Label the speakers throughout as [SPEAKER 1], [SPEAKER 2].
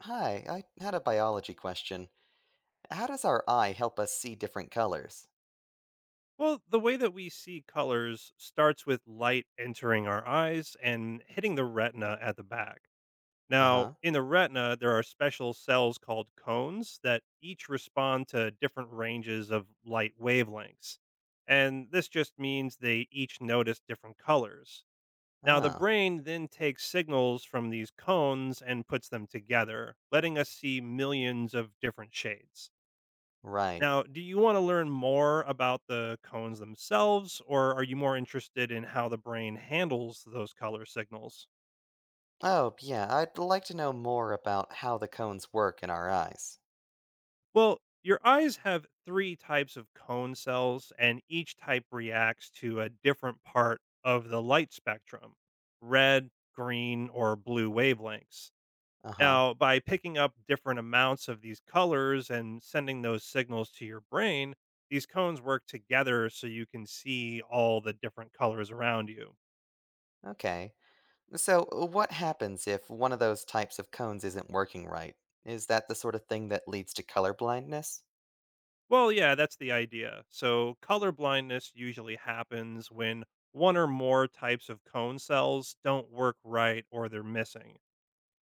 [SPEAKER 1] Hi, I had a biology question. How does our eye help us see different colors?
[SPEAKER 2] Well, the way that we see colors starts with light entering our eyes and hitting the retina at the back.
[SPEAKER 1] Uh
[SPEAKER 2] Now,
[SPEAKER 1] huh.
[SPEAKER 2] in the retina, there are special cells called cones that each respond to different ranges of light wavelengths. And this just means they each notice different colors. Now, the
[SPEAKER 1] Oh,
[SPEAKER 2] brain then takes signals from these cones and puts them together, letting us see millions of different shades.
[SPEAKER 1] right.
[SPEAKER 2] Now, do you want to learn more about the cones themselves, or are you more interested in how the brain handles those color signals?
[SPEAKER 1] Oh, yeah, I'd like to know more about how the cones work in our eyes.
[SPEAKER 2] Well, your eyes have three types of cone cells, and each type reacts to a different part of the light spectrum: red, green, or blue wavelengths.
[SPEAKER 1] Uh huh.
[SPEAKER 2] Now, by picking up different amounts of these colors and sending those signals to your brain, these cones work together so you can see all the different colors around you.
[SPEAKER 1] Okay. So, what happens if one of those types of cones isn't working right? Is that the sort of thing that leads to color blindness?
[SPEAKER 2] Well, yeah, that's the idea. So, color blindness usually happens when one or more types of cone cells don't work right or they're missing.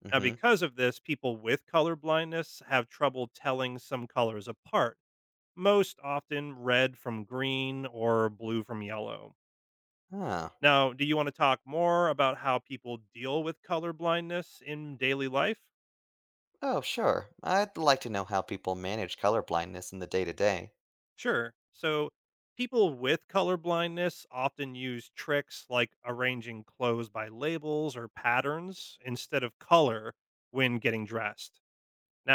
[SPEAKER 1] Mm
[SPEAKER 2] Now,
[SPEAKER 1] hmm.
[SPEAKER 2] because of this, people with color blindness have trouble telling some colors apart, most often red from green or blue from yellow.
[SPEAKER 1] Oh.
[SPEAKER 2] Now, do you want to talk more about how people deal with color blindness in daily life?
[SPEAKER 1] Oh, sure. I'd like to know how people manage color blindness in the day to day.
[SPEAKER 2] Sure. So people with color blindness often use tricks like arranging clothes by labels or patterns instead of color when getting dressed.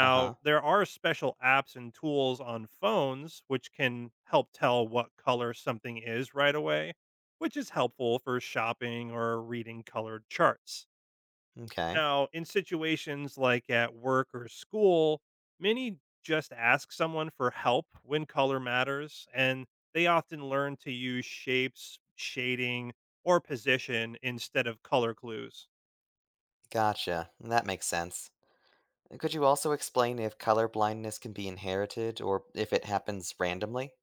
[SPEAKER 1] Uh huh.
[SPEAKER 2] there are special apps and tools on phones which can help tell what color something is right away, which is helpful for shopping or reading colored charts.
[SPEAKER 1] Okay.
[SPEAKER 2] Now, in situations like at work or school, many just ask someone for help when color matters, and they often learn to use shapes, shading, or position instead of color clues.
[SPEAKER 1] Gotcha. That makes sense. Could you also explain if color blindness can be inherited or if it happens randomly?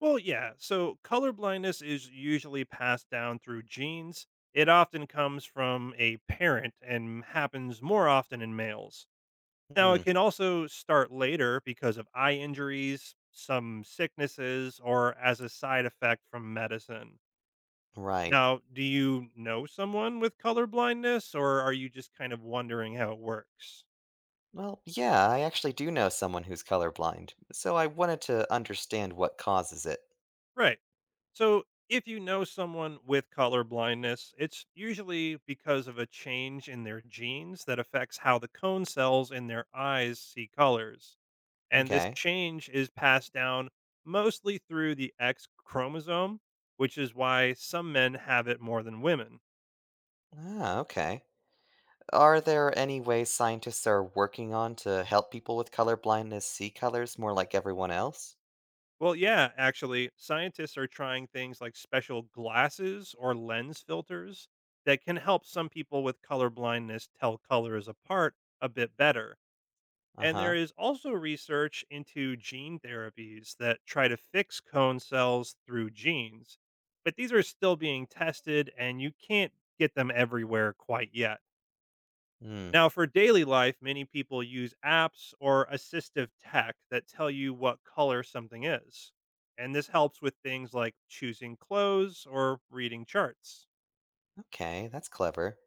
[SPEAKER 2] Well, yeah, so color blindness is usually passed down through genes. It often comes from a parent and happens more often in males. Now,
[SPEAKER 1] Hmm,
[SPEAKER 2] it can also start later because of eye injuries, some sicknesses, or as a side effect from medicine.
[SPEAKER 1] right.
[SPEAKER 2] Now, do you know someone with color blindness, or are you just kind of wondering how it works?
[SPEAKER 1] Well, yeah, I actually do know someone who's colorblind, so I wanted to understand what causes it.
[SPEAKER 2] Right. So, if you know someone with color blindness, it's usually because of a change in their genes that affects how the cone cells in their eyes see colors. And this
[SPEAKER 1] Okay.
[SPEAKER 2] change is passed down mostly through the X chromosome, which is why some men have it more than women.
[SPEAKER 1] Ah, okay. Are there any ways scientists are working on to help people with color blindness see colors more like everyone else?
[SPEAKER 2] Well, yeah, actually, scientists are trying things like special glasses or lens filters that can help some people with color blindness tell colors apart a bit better.
[SPEAKER 1] Uh
[SPEAKER 2] And there
[SPEAKER 1] huh.
[SPEAKER 2] is also research into gene therapies that try to fix cone cells through genes. But these are still being tested, and you can't get them everywhere quite yet.
[SPEAKER 1] Hmm.
[SPEAKER 2] Now, for daily life, many people use apps or assistive tech that tell you what color something is. And this helps with things like choosing clothes or reading charts.
[SPEAKER 1] Okay, that's clever.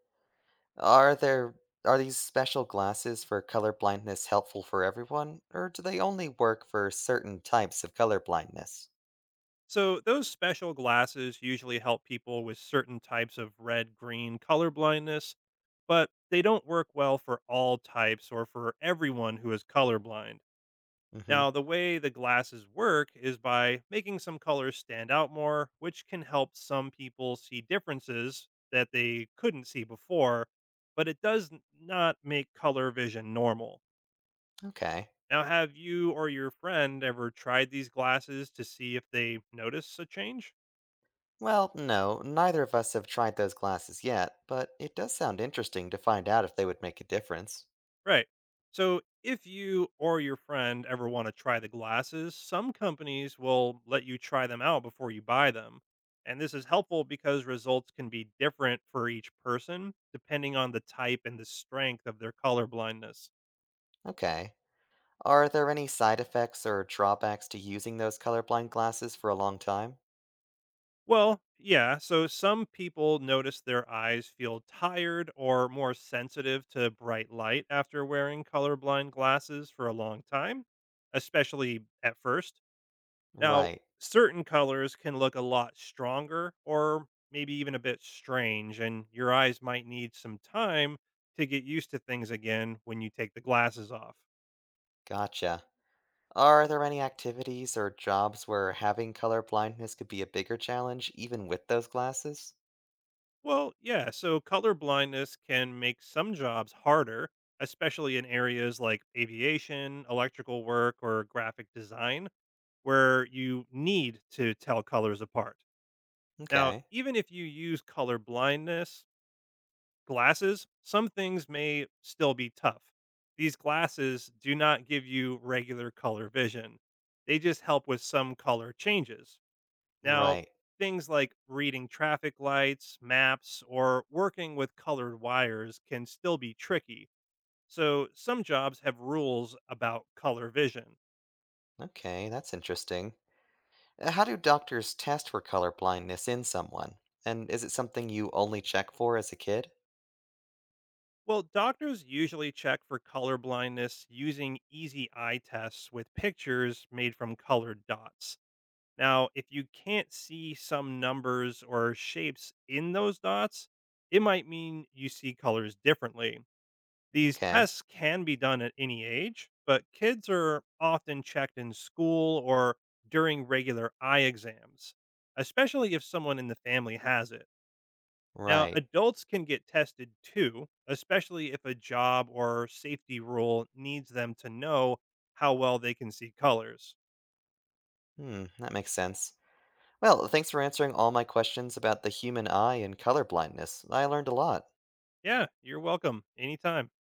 [SPEAKER 1] Are there are these special glasses for color blindness helpful for everyone, or do they only work for certain types of color blindness?
[SPEAKER 2] So, those special glasses usually help people with certain types of red green color blindness, but they don't work well for all types or for everyone who is colorblind.
[SPEAKER 1] Mm-hmm.
[SPEAKER 2] Now, the way the glasses work is by making some colors stand out more, which can help some people see differences that they couldn't see before, but it does not make color vision normal.
[SPEAKER 1] Okay.
[SPEAKER 2] Now, have you or your friend ever tried these glasses to see if they notice a change?
[SPEAKER 1] Well, no, neither of us have tried those glasses yet, but it does sound interesting to find out if they would make a difference.
[SPEAKER 2] Right. So if you or your friend ever want to try the glasses, some companies will let you try them out before you buy them. And this is helpful because results can be different for each person depending on the type and the strength of their color blindness.
[SPEAKER 1] Okay. Are there any side effects or drawbacks to using those colorblind glasses for a long time?
[SPEAKER 2] Well, yeah, so some people notice their eyes feel tired or more sensitive to bright light after wearing colorblind glasses for a long time, especially at first. Now,
[SPEAKER 1] Right.
[SPEAKER 2] certain colors can look a lot stronger or maybe even a bit strange, and your eyes might need some time to get used to things again when you take the glasses off.
[SPEAKER 1] Gotcha. Are there any activities or jobs where having color blindness could be a bigger challenge even with those glasses?
[SPEAKER 2] Well, yeah, so color blindness can make some jobs harder, especially in areas like aviation, electrical work, or graphic design, where you need to tell colors apart. Now,
[SPEAKER 1] Okay.
[SPEAKER 2] even if you use color blindness, glasses, some things may still be tough. These glasses do not give you regular color vision. They just help with some color changes. Now,
[SPEAKER 1] Right.
[SPEAKER 2] things like reading traffic lights, maps, or working with colored wires can still be tricky. So, some jobs have rules about color vision.
[SPEAKER 1] Okay, that's interesting. How do doctors test for color blindness in someone? And is it something you only check for as a kid?
[SPEAKER 2] Well, doctors usually check for color blindness using easy eye tests with pictures made from colored dots. Now, if you can't see some numbers or shapes in those dots, it might mean you see colors differently. These
[SPEAKER 1] Okay.
[SPEAKER 2] tests can be done at any age, but kids are often checked in school or during regular eye exams, especially if someone in the family has it. Now,
[SPEAKER 1] Right.
[SPEAKER 2] adults can get tested too, especially if a job or safety rule needs them to know how well they can see colors.
[SPEAKER 1] Hmm, that makes sense. Well, thanks for answering all my questions about the human eye and color blindness. I learned a lot.
[SPEAKER 2] Yeah, you're welcome anytime.